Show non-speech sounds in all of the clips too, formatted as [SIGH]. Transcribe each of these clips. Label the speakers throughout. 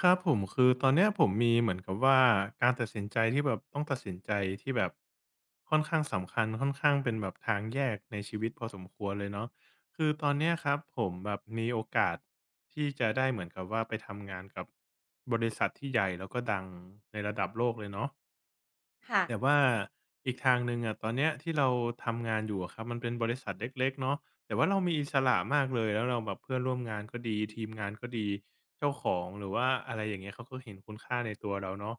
Speaker 1: ครับผมคือตอนเนี้ยผมมีเหมือนกับว่าการตัดสินใจที่แบบต้องตัดสินใจที่แบบค่อนข้างสำคัญค่อนข้างเป็นแบบทางแยกในชีวิตพอสมควรเลยเนาะคือตอนเนี้ยครับผมแบบมีโอกาสที่จะได้เหมือนกับว่าไปทำงานกับบริษัทที่ใหญ่แล้วก็ดังในระดับโลกเลยเนาะ
Speaker 2: ค่ะ
Speaker 1: แต่ว่าอีกทางหนึ่งอะตอนเนี้ยที่เราทำงานอยู่อะครับมันเป็นบริษัทเล็กๆเนาะแต่ว่าเรามีอิสระมากเลยแล้วเราแบบเพื่อนร่วมงานก็ดีทีมงานก็ดีเจ้าของหรือว่าอะไรอย่างเงี้ยเขาก็เห็นคุณค่าในตัวเราเนาะ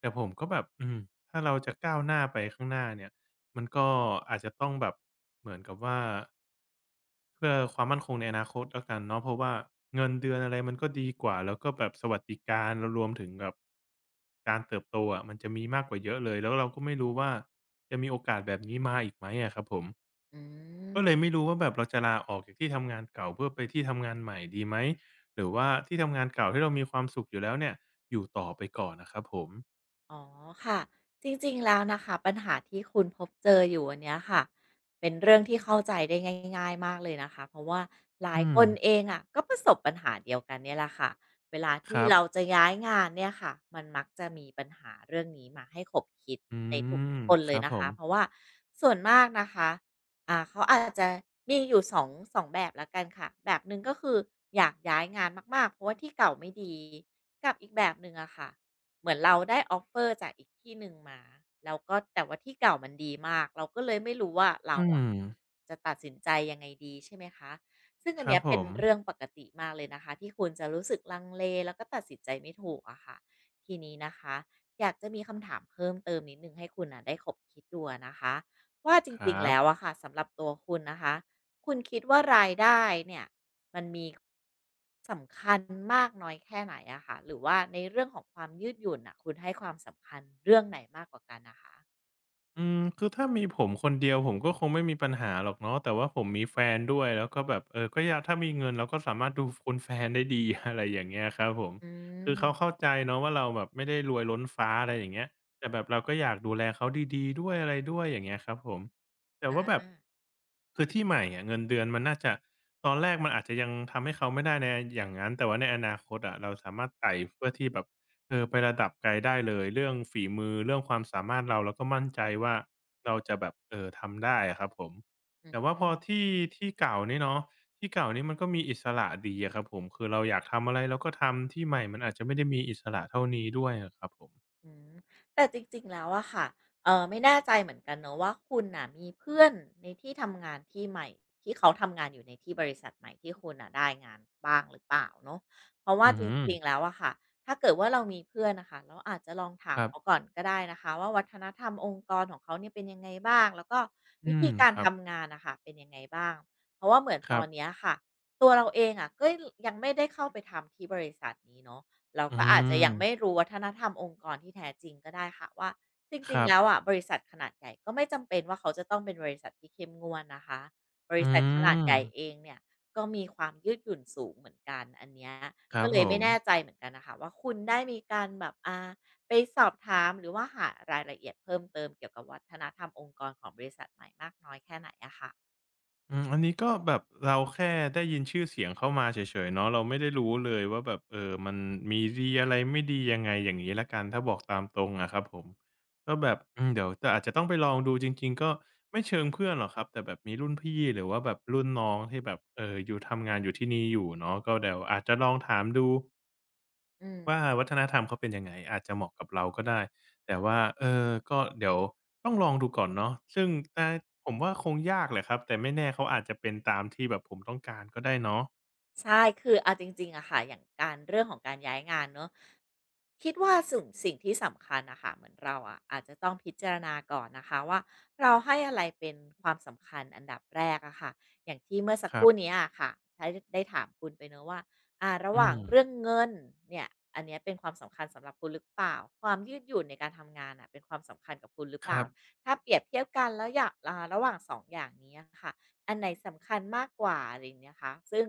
Speaker 1: แต่ผมก็แบบถ้าเราจะก้าวหน้าไปข้างหน้าเนี่ยมันก็อาจจะต้องแบบเหมือนกับว่า เพื่อความมั่นคงในอนาคตแล้วกันเนาะเพราะว่าเงินเดือนอะไรมันก็ดีกว่าแล้วก็แบบสวัสดิการแล้วรวมถึงแบบการเติบโตอะมันจะมีมากกว่าเยอะเลยแล้วเราก็ไม่รู้ว่าจะมีโอกาสแบบนี้มาอีกไหมอะครับผม
Speaker 2: อืม
Speaker 1: ก็เลยไม่รู้ว่าแบบเราจะลาออกจากที่ทำงานเก่าเพื่อไปที่ทำงานใหม่ดีไหมหรือว่าที่ทำงานเก่าที่เรามีความสุขอยู่แล้วเนี่ยอยู่ต่อไปก่อนอะครับผม
Speaker 2: อ๋อค่ะจริงๆแล้วนะคะปัญหาที่คุณพบเจออยู่อันเนี้ยค่ะเป็นเรื่องที่เข้าใจได้ง่ายๆมากเลยนะคะเพราะว่าหลาย
Speaker 1: อืม
Speaker 2: คนเองอ่ะก็ประสบปัญหาเดียวกันเนี่ยแหละค่ะเวลา
Speaker 1: ค
Speaker 2: ที่
Speaker 1: รับ
Speaker 2: เราจะย้ายงานเนี่ยค่ะมันมักจะมีปัญหาเรื่องนี้มาให้ขบคิด
Speaker 1: อื
Speaker 2: ในทุ
Speaker 1: ม
Speaker 2: กๆคน
Speaker 1: ค
Speaker 2: เลย
Speaker 1: รับผ
Speaker 2: นะคะ
Speaker 1: ม
Speaker 2: เพราะว่าส่วนมากนะคะเขาอาจจะมีอยู่สองแบบละกันค่ะแบบหนึ่งก็คืออยากย้ายงานมากๆเพราะว่าที่เก่าไม่ดีกับอีกแบบหนึ่งอะค่ะ เหมือนเราได้ออฟเฟอร์จากอีกที่หนึ่งมาแล้วก็แต่ว่าที่เก่ามันดีมากเราก็เลยไม่รู้ว่าเรา
Speaker 1: อืม
Speaker 2: อะจะตัดสินใจยังไงดีใช่ไหมคะซึ่งอั
Speaker 1: ค
Speaker 2: น
Speaker 1: รั
Speaker 2: เนี้
Speaker 1: บ
Speaker 2: ย
Speaker 1: ผ
Speaker 2: เป็น
Speaker 1: ม
Speaker 2: เรื่องปกติมากเลยนะคะที่คุณจะรู้สึกลังเลแล้วก็ตัดสินใจไม่ถูกอะค่ะทีนี้นะคะอยากจะมีคำถามเพิ่มเติมนิดหนึ่งให้คุณน่ะได้ขบคิดดูอะนะคะว่าจ
Speaker 1: ค
Speaker 2: ริง
Speaker 1: รั
Speaker 2: ๆ
Speaker 1: บ
Speaker 2: แล้วอะค่ะสำหรับตัวคุณนะคะคุณคิดว่ารายได้เนี่ย มันมีสำคัญมากน้อยแค่ไหนอะค่ะหรือว่าในเรื่องของความยืดหยุ่นอ่ะคุณให้ความสำคัญเรื่องไหนมากกว่ากันนะคะ
Speaker 1: อืมคือถ้ามีผมคนเดียวผมก็คงไม่มีปัญหาหรอกเนาะแต่ว่าผมมีแฟนด้วยแล้วก็แบบเออก็อยากถ้ามีเงินเราก็สามารถดูคุณแฟนได้ดี [LAUGHS] อะไรอย่างเงี้ยครับผมคือเขาเข้าใจเนาะว่าเราแบบไม่ได้รวยล้นฟ้าอะไรอย่างเงี้ยแต่แบบเราก็อยากดูแลเขาดีๆด้วยอะไรด้วยอย่างเงี้ยครับผมแต่ว่าแบบคือที่ใหม่อะเงินเดือนมันน่าจะตอนแรกมันอาจจะยังทำให้เขาไม่ได้ในอย่างงั้นแต่ว่าในอนาคตอะเราสามารถไต่เพื่อที่แบบ เออไประดับไกลได้เลยเรื่องฝีมือเรื่องความสามารถเราเราก็มั่นใจว่าเราจะแบบทำได้อะครับผมแต่ว่า
Speaker 2: อื
Speaker 1: พอ
Speaker 2: ม
Speaker 1: ที่ที่เก่านี่เนาะที่เก่านี่มันก็มีอิสระดีอะครับผมคือเราอยากทำอะไรเราก็ทำที่ใหม่มันอาจจะไม่ได้มีอิสระเท่านี้ด้วยอะครับผม
Speaker 2: อืมแต่จริงๆ แล้วอะค่ะไม่แน่ใจเหมือนกันเนอะว่าคุณน่ะมีเพื่อนในที่ทำงานที่ใหม่ที่เขาทำงานอยู่ในที่บริษัทใหม่ที่คุณน่ะได้งานบ้างหรือเปล่าเนอะเพราะว่า
Speaker 1: อื
Speaker 2: จ
Speaker 1: ม
Speaker 2: ริงๆแล้วอะค่ะถ้าเกิดว่าเรามีเพื่อนนะคะเราอาจจะลองถา
Speaker 1: ค
Speaker 2: ม
Speaker 1: รับ
Speaker 2: เขาก่อนก็ได้นะคะว่าวัฒนธรรมองค์กรของเขาเนี่ยเป็นยังไงบ้างแล้วก็
Speaker 1: อื
Speaker 2: วิ
Speaker 1: ม
Speaker 2: ธีการ
Speaker 1: ครับ
Speaker 2: ทำงานนะคะเป็นยังไงบ้างเพราะว่าเหมือน
Speaker 1: ค
Speaker 2: ต
Speaker 1: รั
Speaker 2: อนเนี้
Speaker 1: บ
Speaker 2: ยค่ะตัวเราเองอะก็ยังไม่ได้เข้าไปทำที่บริษัทนี้เนอะ เรา
Speaker 1: อื
Speaker 2: ก็อาจจะ
Speaker 1: ม
Speaker 2: ยังไม่รู้วัฒนธรรมองค์กรที่แท้จริงก็ได้ค่ะว่าจ
Speaker 1: ค
Speaker 2: ริง
Speaker 1: รั
Speaker 2: ๆ
Speaker 1: บ
Speaker 2: แล้วอะบริษัทขนาดใหญ่ก็ไม่จำเป็นว่าเขาจะต้องเป็นบริษัทที่เข้มงวดนะคะบริ
Speaker 1: อื
Speaker 2: ษัทขนาด
Speaker 1: ม
Speaker 2: ใหญ่เองเนี่ยก็มีความยืดหยุ่นสูงเหมือนกันอันเนี้ย
Speaker 1: ครั
Speaker 2: ก็
Speaker 1: บ
Speaker 2: เล
Speaker 1: ผ
Speaker 2: ยไม่
Speaker 1: ม
Speaker 2: แน่ใจเหมือนกันน่ะค่ะว่าคุณได้มีการแบบไปสอบถามหรือว่าหารายละเอียดเพิ่มเติมเกี่ยวกับวัฒนธรรมองค์กรของบริษัทใหม่มากน้อยแค่ไหนอะค่ะ
Speaker 1: อืมอันนี้ก็แบบเราแค่ได้ยินชื่อเสียงเข้ามาเฉยๆเนาะเราไม่ได้รู้เลยว่าแบบเออมันมีดีอะไรไม่ดียังไงอย่างงี้แล้วกันถ้าบอกตามตรงอะครับผมก็แบบเดี๋ยวจะอาจจะต้องไปลองดูจริงๆก็ไม่เชิงเพื่อนหรอกครับแต่แบบมีรุ่นพี่หรือว่าแบบรุ่นน้องที่แบบอยู่ทำงานอยู่ที่นี่อยู่เนาะก็เดี๋ยวอาจจะลองถามดู
Speaker 2: อืม
Speaker 1: ว่าวัฒนธรรมเขาเป็นยังไงอาจจะเหมาะกับเราก็ได้แต่ว่าเออก็เดี๋ยวต้องลองดูก่อนเนาะซึ่งแต่ผมว่าคงยากแหละครับแต่ไม่แน่เขาอาจจะเป็นตามที่แบบผมต้องการก็ได้เนาะ
Speaker 2: ใช่คือเอาจริงๆอะค่ะอย่างการเรื่องของการย้ายงานเนอะคิดว่าสุ่งสิ่งที่สำคัญอะค่ะเหมือนเราอะอาจจะต้องพิจารณาก่อนนะคะว่าเราให้อะไรเป็นความสำคัญอันดับแรกอะค่ะอย่างที่เมื่อสัก
Speaker 1: ค
Speaker 2: ค
Speaker 1: รับ
Speaker 2: รู่เนี้ยอะค่ะได้ได้ถามคุณไปเนอะว่าระห
Speaker 1: อื
Speaker 2: ว่าง
Speaker 1: ม
Speaker 2: เรื่องเงินเนี่ยอันเนี้ยเป็นความสำคัญสำหรับคุณหรือเปล่าความยืดหยุ่นในการทำงานน่ะเป็นความสำคัญกับคุณหรือ
Speaker 1: ค
Speaker 2: เปล่า
Speaker 1: รับ
Speaker 2: ถ้าเปรียบเทียบกันแล้วอยากระหว่าง2องอย่างนี้อะค่ะอันไหนสำคัญมากกว่าอะไรอย่างเงี้ยคะซึ่ง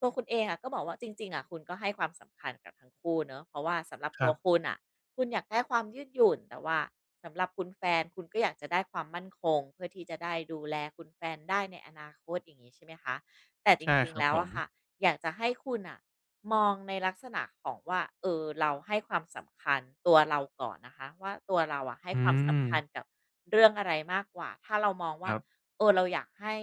Speaker 2: ตัวคุณเองอะก็บอกว่าจริงๆอะคุณก็ให้ความสำคัญกับทั้งคู่เนาะเพราะว่าสำหรับ
Speaker 1: ค
Speaker 2: ตั
Speaker 1: รั
Speaker 2: ว
Speaker 1: บ
Speaker 2: คุณอ่ะคุณอยากได้ความยืดหยุ่นแต่ว่าสำหรับคุณแฟนคุณก็อยากจะได้ความมั่นคงเพื่อที่จะได้ดูแลคุณแฟนได้ในอนาคตอย่างนี้ใช่ไหมคะแต่จ
Speaker 1: ใช่
Speaker 2: ริง
Speaker 1: ค
Speaker 2: ๆ
Speaker 1: รับ
Speaker 2: แล้ว
Speaker 1: ผม
Speaker 2: อะค่ะอยากจะให้คุณอ่ะมองในลักษณะของว่าเออเราให้ความสำคัญตัวเราก่อนนะคะว่าตัวเราอะให้
Speaker 1: อื
Speaker 2: ความ
Speaker 1: ม
Speaker 2: สำคัญกับเรื่องอะไรมากกว่าถ้าเรามอง
Speaker 1: ค
Speaker 2: ว่า
Speaker 1: รับ
Speaker 2: เออเราอยากให้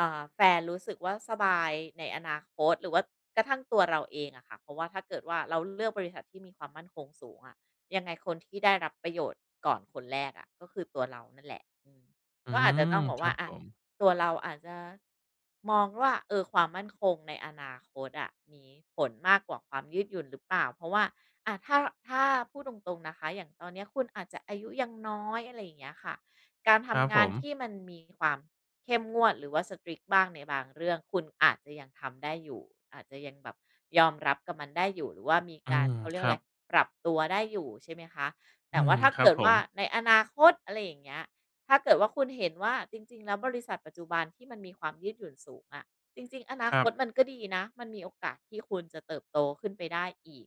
Speaker 2: อ่าแฟนรู้สึกว่าสบายในอนาคตหรือว่ากระทั่งตัวเราเองอะค่ะเพราะว่าถ้าเกิดว่าเราเลือกบริษัทที่มีความมั่นคงสูงอะยังไงคนที่ได้รับประโยชน์ก่อนคนแรกอะก็คือตัวเรานั่นแหละอืม
Speaker 1: อื
Speaker 2: ก็อาจจะ
Speaker 1: ม
Speaker 2: ต้องบอก
Speaker 1: ค
Speaker 2: ว่า
Speaker 1: รับผ
Speaker 2: อะ
Speaker 1: ม
Speaker 2: ตัวเราอาจจะมองว่าเออความมั่นคงในอนาคตอะมีผลมากกว่าความยืดหยุ่นหรือเปล่าเพราะว่าอะถ้าพูดตรงๆนะคะอย่างตอนเนี้ยคุณอาจจะอายุยังน้อยอะไรอย่างเงี้ยค่ะ การ
Speaker 1: ครับ
Speaker 2: ทำ
Speaker 1: ผ
Speaker 2: งาน
Speaker 1: ม
Speaker 2: ที่มันมีความเข้มงวดหรือว่า strict บ้างในบางเรื่องคุณอาจจะยังทำได้อยู่อาจจะยังแบบยอมรับกับมันได้อยู่หรือว่ามี
Speaker 1: อื
Speaker 2: การ
Speaker 1: ม
Speaker 2: เขาเรี
Speaker 1: ค
Speaker 2: ยกอะ
Speaker 1: รั
Speaker 2: ไร
Speaker 1: บ
Speaker 2: ปรับตัวได้อยู่ใช่ไหมคะ
Speaker 1: อื
Speaker 2: แต่
Speaker 1: ม
Speaker 2: ว่าถ้า
Speaker 1: ครับ
Speaker 2: เกิด
Speaker 1: ผม
Speaker 2: ว่าในอนาคตอะไรอย่างเงี้ยถ้าเกิดว่าคุณเห็นว่าจริงๆแล้วบริษัทปัจจุบันที่มันมีความยืดหยุ่นสูงอะจริงๆอนา
Speaker 1: ค
Speaker 2: ค
Speaker 1: รับ
Speaker 2: ตมันก็ดีนะมันมีโอกาสที่คุณจะเติบโตขึ้นไปได้อีก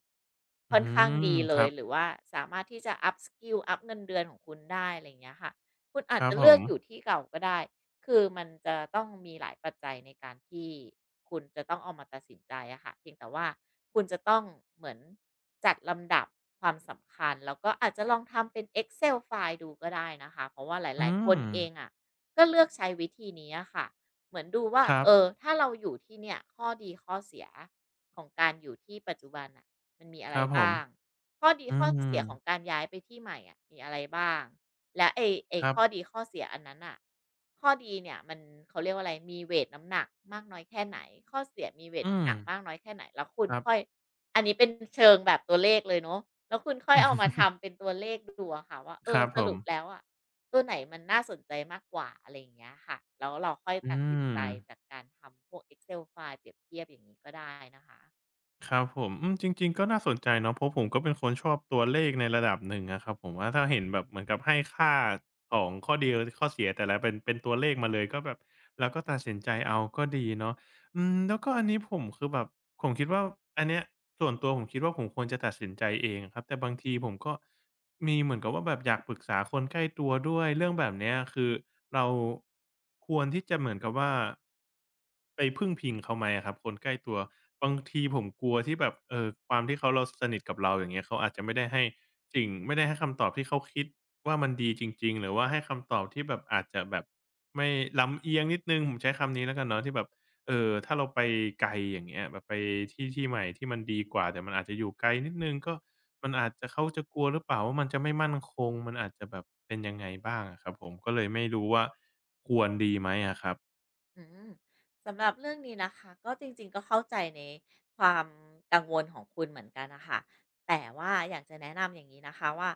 Speaker 1: อื
Speaker 2: ค่อนข้าง
Speaker 1: ม
Speaker 2: ดีเล
Speaker 1: ค
Speaker 2: ย
Speaker 1: รับ
Speaker 2: หรือว่าสามารถที่จะ up skill อัปเงินเดือนของคุณได้อะไรอย่างเงี้ยค่ะ คุณ
Speaker 1: ค
Speaker 2: อาจ
Speaker 1: รับ
Speaker 2: จะ
Speaker 1: ผ
Speaker 2: เลือ
Speaker 1: ม
Speaker 2: กอยู่ที่เก่าก็ได้ คือมันจะต้องมีหลายปัจจัยในการที่คุณจะต้องเอามาตัดสินใจอะค่ะเพียงแต่ว่าคุณจะต้องเหมือนจัดลำดับความสำคัญ แล้วก็อาจจะลองทำเป็น Excel file ดูก็ได้นะคะ เพราะว่าหลา
Speaker 1: อื
Speaker 2: ยๆ คน
Speaker 1: ม
Speaker 2: เองอะก็เลือกใช้วิธีนี้อะค่ะเหมือนดูว่า
Speaker 1: ครั
Speaker 2: เออ
Speaker 1: บ
Speaker 2: ถ้าเราอยู่ที่เนี่ยข้อดีข้อเสียของการอยู่ที่ปัจจุบันอะมันมีอะ
Speaker 1: ค
Speaker 2: ไร
Speaker 1: รับผม
Speaker 2: บ้างข้อดี
Speaker 1: อื
Speaker 2: ข้อ
Speaker 1: ม
Speaker 2: เสียของการย้ายไปที่ใหม่อะมีอะไรบ้าง แล้วไอ้
Speaker 1: ครับ
Speaker 2: ข้อดีข้อเสียอันนั้นอ่ะข้อดีเนี่ยมันเขาเรียกว่าอะไรมีเวทน้ำหนักมากน้อยแค่ไหนข้อเสียมีเวท
Speaker 1: อื
Speaker 2: น้ำ
Speaker 1: ม
Speaker 2: หนักมากน้อยแค่ไหนแล้วคุณ
Speaker 1: ครั
Speaker 2: ค่อย
Speaker 1: บ
Speaker 2: อันนี้เป็นเชิงแบบตัวเลขเลยเนาะแล้วคุณค่อยเอามาทำเป็นตัวเลขดูอะค่ะว่าเอ
Speaker 1: ค
Speaker 2: อ
Speaker 1: รับ
Speaker 2: ส
Speaker 1: ผ
Speaker 2: รุ
Speaker 1: ม
Speaker 2: ปแล้วอะตัวไหนมันน่าสนใจมากกว่าอะไรอย่างเงี้ยค่ะแล้วเราค่อย
Speaker 1: อื
Speaker 2: ตัดสินใจ
Speaker 1: ม
Speaker 2: จากการทำพวกเอ็กเซลไฟล์เปรียบเทียบอย่างนี้ก็ได้นะคะ
Speaker 1: ครับผมอืมจริงๆก็น่าสนใจเนาะเพราะผมก็เป็นคนชอบตัวเลขในระดับหนึ่งอะครับผมว่าถ้าเห็นแบบเหมือนกับให้ค่าของข้อดีข้อเสียแต่ละเป็นตัวเลขมาเลยก็แบบเราก็ตัดสินใจเอาก็ดีเนาะอืมแล้วก็อันนี้ผมคือแบบผมคิดว่าอันเนี้ยส่วนตัวผมคิดว่าผมควรจะตัดสินใจเองอะครับแต่บางทีผมก็ มีเหมือนกับว่าแบบอยากปรึกษาคนใกล้ตัวด้วยเรื่องแบบเนี้ยคือเราควรที่จะเหมือนกับว่าไปพึ่งพิงเขาไหมอะครับคนใกล้ตัวบางทีผมกลัวที่แบบความที่เขาเราสนิทกับเราอย่างเงี้ยเขาอาจจะไม่ได้ให้สิ่งไม่ได้ให้คำตอบที่เขาคิดว่ามันดีจริงๆหรือว่าให้คำตอบที่แบบอาจจะแบบไม่ลำเอียงนิดหนึ่งผมใช้คำนี้แล้วกันเนาะที่แบบถ้าเราไปไกลอย่างเงี้ยแบบไปที่ที่ใหม่ที่มันดีกว่าแต่มันอาจจะอยู่ไกลนิดหนึ่งก็ มันอาจจะเขาจะกลัวหรือเปล่าว่ามันจะไม่มั่นคงมันอาจจะแบบเป็นยังไงบ้างอะครับผมก็เลยไม่รู้ว่าควรดีไหมอะครับ
Speaker 2: อืมสำหรับเรื่องนี้นะคะก็จริงๆก็เข้าใจในความกังวลของคุณเหมือนกันนะคะแต่ว่าอยากจะแนะนำอย่างนี้นะคะว่า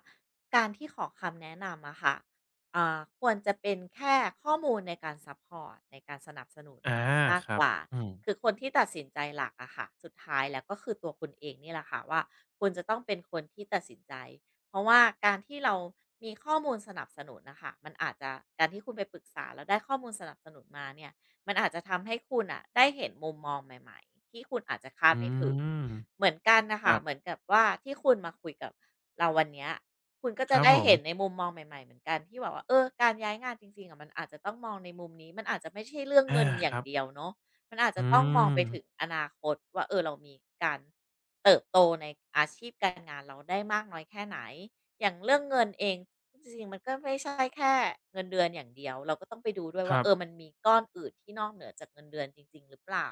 Speaker 2: การที่ขอคำแนะนำอะค่ะควรจะเป็นแค่ข้อมูลในการซัพพอร์ตในการสนับสนุน
Speaker 1: อา
Speaker 2: มาก
Speaker 1: ครั
Speaker 2: ก
Speaker 1: บ
Speaker 2: ว่า
Speaker 1: อืม
Speaker 2: คือคนที่ตัดสินใจหลักอะค่ะสุดท้ายแล้วก็คือตัวคุณเองนี่แหละค่ะว่าคุณจะต้องเป็นคนที่ตัดสินใจเพราะว่าการที่เรามีข้อมูลสนับสนุนนะคะมันอาจจะการที่คุณไปปรึกษาแล้วได้ข้อมูลสนับสนุนมาเนี่ย มันอาจจะทำให้คุณอะได้เห็นมุมมองใหม่ๆที่คุณอาจจะคา
Speaker 1: อื
Speaker 2: ดไม่ถึง
Speaker 1: ม
Speaker 2: เหมือนกันน่ะ
Speaker 1: ครั
Speaker 2: ค่ะ
Speaker 1: บ
Speaker 2: เหมือนกับว่าที่คุณมาคุยกับเราวันเนี้ยคุณก็
Speaker 1: ค
Speaker 2: จะ
Speaker 1: รับ
Speaker 2: ได้
Speaker 1: ผม
Speaker 2: เห็นในมุมมองใหม่ๆเหมือนกันที่แบบว่าเออการย้ายงานจริงๆอะมันอาจจะต้องมองในมุมนี้มันอาจจะไม่ใช่เรื่อง
Speaker 1: อา
Speaker 2: เงินอ
Speaker 1: ค
Speaker 2: ย่าง
Speaker 1: รับ
Speaker 2: เดียวเนาะมันอาจ
Speaker 1: อื
Speaker 2: จะต้องมองไป
Speaker 1: ม
Speaker 2: ถึงอนาคตว่าเออเรามีการเติบโตในอาชีพการงานเราได้มากน้อยแค่ไหนอย่างเรื่องเงินเอง จริงๆ มันก็ไม่ใช่แค่เงินเดือนอย่างเดียว เราก็ต้องไปดูด้วย
Speaker 1: ค
Speaker 2: ว่า
Speaker 1: รับ
Speaker 2: เออมันมีก้อนอื่นที่นอกเหนือจากเงินเดือนจริงๆหรือเปล่า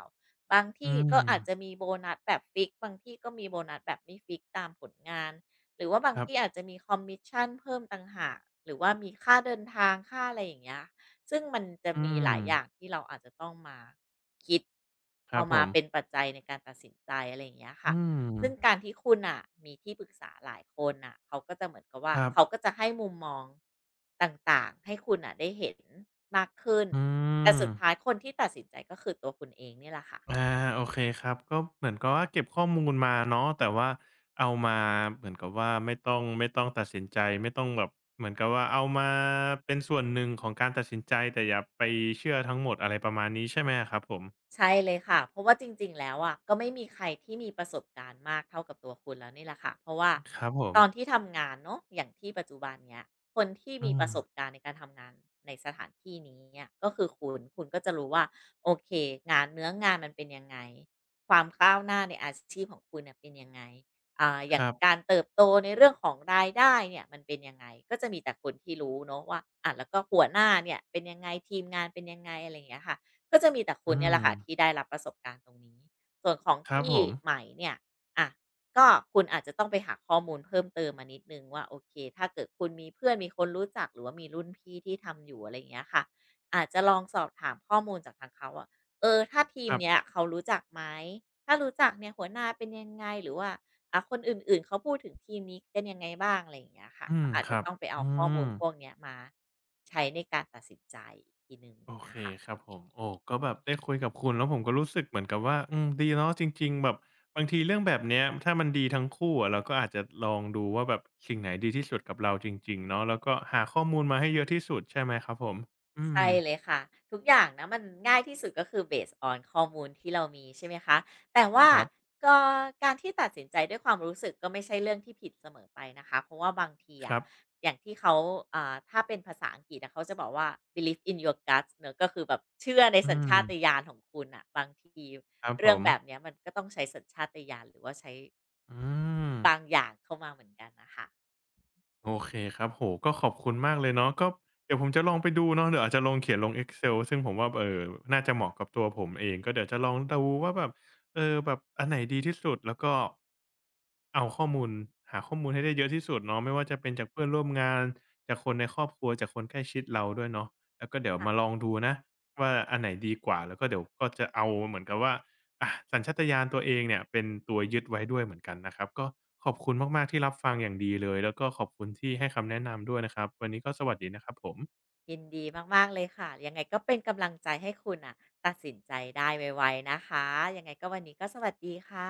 Speaker 2: บาง
Speaker 1: อื
Speaker 2: ที่
Speaker 1: ม
Speaker 2: ก็อาจจะมีโบนัสแบบฟิกซ์บางที่ก็มีโบนัสแบบไม่ฟิกซ์ตามผลงานหรือว่า
Speaker 1: ค
Speaker 2: บาง
Speaker 1: รับ
Speaker 2: ที่อาจจะมีคอมมิชชันเพิ่มต่างหาก หรือว่ามีค่าเดินทางค่าอะไรอย่างเงี้ยซึ่งมันจะ
Speaker 1: อื
Speaker 2: มีหลา
Speaker 1: ม
Speaker 2: ยอย่างที่เราอาจจะต้องมาคิด
Speaker 1: ครั
Speaker 2: เอา
Speaker 1: บผ
Speaker 2: มา
Speaker 1: ม
Speaker 2: เป็นปัจจัยในการตัดสินใจอะไรอย่างเงี้ยค่ะ
Speaker 1: อืม
Speaker 2: ซึ่งการที่คุณอ่ะมีที่ปรึกษาหลายคนอ่ะเขาก็จะเหมือนกับว่า
Speaker 1: ครับ
Speaker 2: เขาก็จะให้มุมมองต่างๆให้คุณอ่ะได้เห็นมากขึ้น
Speaker 1: อื
Speaker 2: แต่
Speaker 1: ม
Speaker 2: สุดท้ายคนที่ตัดสินใจก็คือตัวคุณเองเนี่ยแหละค่ะ
Speaker 1: อาโอเคครับก็เหมือนกับว่าเก็บข้อมูลมาเนาะแต่ว่าเอามาเหมือนกับว่าไม่ต้องตัดสินใจไม่ต้องแบบเหมือนกับว่าเอามาเป็นส่วนหนึ่งของการตัดสินใจแต่อย่าไปเชื่อทั้งหมดอะไรประมาณนี้ใช่ไหมครับผม
Speaker 2: ใช่เลยค่ะเพราะว่าจริงๆแล้วอะก็ไม่มีใครที่มีประสบการณ์มากเท่ากับตัวคุณแล้วนี่แหละค่ะเพราะว่า
Speaker 1: ครับผ
Speaker 2: ต
Speaker 1: ม
Speaker 2: อนที่ทำงานเนาะอย่างที่ปัจจุบันเนี้ยคนที่
Speaker 1: อื
Speaker 2: มีประ
Speaker 1: ม
Speaker 2: สบการณ์ในการทำงานในสถานที่นี้เนี่ยก็คือคุณคุณก็จะรู้ว่าโอเคงานเนื้องานมันเป็นยังไงความก้าวหน้าในอาชีพของคุณเน่ยเป็นยังไงอ
Speaker 1: ค
Speaker 2: ย่าง
Speaker 1: รับ
Speaker 2: การเติบโตในเรื่องของรายได้เนี่ยมันเป็นยังไงก็จะมีแต่คนที่รู้เนาะว่าอะแล้วก็หัวหน้าเนี่ยเป็นยังไงทีมงานเป็นยังไงอะไรอย่างเงี้ยค่ะ ก็จะมีแต่คุ
Speaker 1: อื
Speaker 2: ณเนี่ยแห
Speaker 1: ม
Speaker 2: ละค่ะที่ได้รับประสบการณ์ตรงนี้ส่วนของ
Speaker 1: ครับ
Speaker 2: ที่
Speaker 1: ผม
Speaker 2: ใหม่เนี่ยอะก็คุณอาจจะต้องไปหาข้อมูลเพิ่มเติมมานิดนึงว่าโอเคถ้าเกิดคุณมีเพื่อนมีคนรู้จักหรือว่ามีรุ่นพี่ที่ทำอยู่อะไรอย่างเงี้ยค่ะอาจจะลองสอบถามข้อมูลจากทางเขาอะเออถ้าทีม
Speaker 1: ครั
Speaker 2: เนี้ย
Speaker 1: บ
Speaker 2: เขารู้จักไหมถ้ารู้จักเนี่ยหัวหน้าเป็นยังไงหรือว่าอ่ะคนอื่นๆเขาพูดถึงทีมนี้กันยังไงบ้างอะไรอย่างเงี้ยค่ะ
Speaker 1: อื
Speaker 2: ก็
Speaker 1: ม
Speaker 2: อาจ
Speaker 1: ค
Speaker 2: จะ
Speaker 1: รับ
Speaker 2: ต้องไปเอา
Speaker 1: อื
Speaker 2: ข้อมู
Speaker 1: ม
Speaker 2: ลพวกเนี้ยมาใช้ในการตัดสินใจอีกทีหนึ่ง
Speaker 1: โอเค
Speaker 2: นะคะ
Speaker 1: ครับผมโอ้ก็แบบได้คุยกับคุณแล้วผมก็รู้สึกเหมือนกับว่าอืมดีเนาะจริงๆแบบบางทีเรื่องแบบเนี้ยถ้ามันดีทั้งคู่อะเราก็อาจจะลองดูว่าแบบสิ่งไหนดีที่สุดกับเราจริงๆเนาะแล้วก็หาข้อมูลมาให้เยอะที่สุดใช่ไหมครับผมอืม
Speaker 2: ใช่เลยค่ะทุกอย่างนะมันง่ายที่สุดก็คือ based on ข้อมูลที่เรามีใช่ไหมคะแต่ว่า
Speaker 1: ครับ
Speaker 2: ก็การที่ตัดสินใจด้วยความรู้สึกก็ไม่ใช่เรื่องที่ผิดเสมอไปนะคะเพราะว่าบางที
Speaker 1: ค
Speaker 2: อะ
Speaker 1: รับ
Speaker 2: อย่างที่เขาถ้าเป็นภาษาอังกฤษนะเขาจะบอกว่า believe in your guts เนาะก็คือแบบเชื่อใน
Speaker 1: อื
Speaker 2: สัญ
Speaker 1: ม
Speaker 2: ชาตญาณของคุณอะบางที
Speaker 1: ครับผ
Speaker 2: เรื่อง
Speaker 1: ม
Speaker 2: แบบเนี้ยมันก็ต้องใช้สัญชาตญาณหรือว่าใช้
Speaker 1: อืม
Speaker 2: บางอย่างเข้ามาเหมือนกันนะคะ
Speaker 1: โอเคครับโอ้ก็ขอบคุณมากเลยเนาะก็เดี๋ยวผมจะลองไปดูเนาะเดี๋ยวอาจจะลองเขียนลง Excel ซึ่งผมว่าน่าจะเหมาะกับตัวผมเองก็เดี๋ยวจะลองดูว่าแบบเออแบบอันไหนดีที่สุดแล้วก็เอาข้อมูลหาข้อมูลให้ได้เยอะที่สุดเนาะไม่ว่าจะเป็นจากเพื่อนร่วมงานจากคนในครอบครัวจากคนใกล้ชิดเราด้วยเนาะแล้วก็เดี๋ยวมาลองดูนะว่าอันไหนดีกว่าแล้วก็เดี๋ยวก็จะเอาเหมือนกับว่า อะสัญชาตญาณตัวเองเนี่ยเป็นตัวยึดไว้ด้วยเหมือนกันนะครับก็ขอบคุณมากๆที่รับฟังอย่างดีเลยแล้วก็ขอบคุณที่ให้คำแนะนำด้วยนะครับวันนี้ก็สวัสดีนะครับผม
Speaker 2: ยินดีมากๆเลยค่ะยังไงก็เป็นกำลังใจให้คุณน่ะตัดสินใจได้ไวๆนะคะยังไงก็วันนี้ก็สวัสดีค่ะ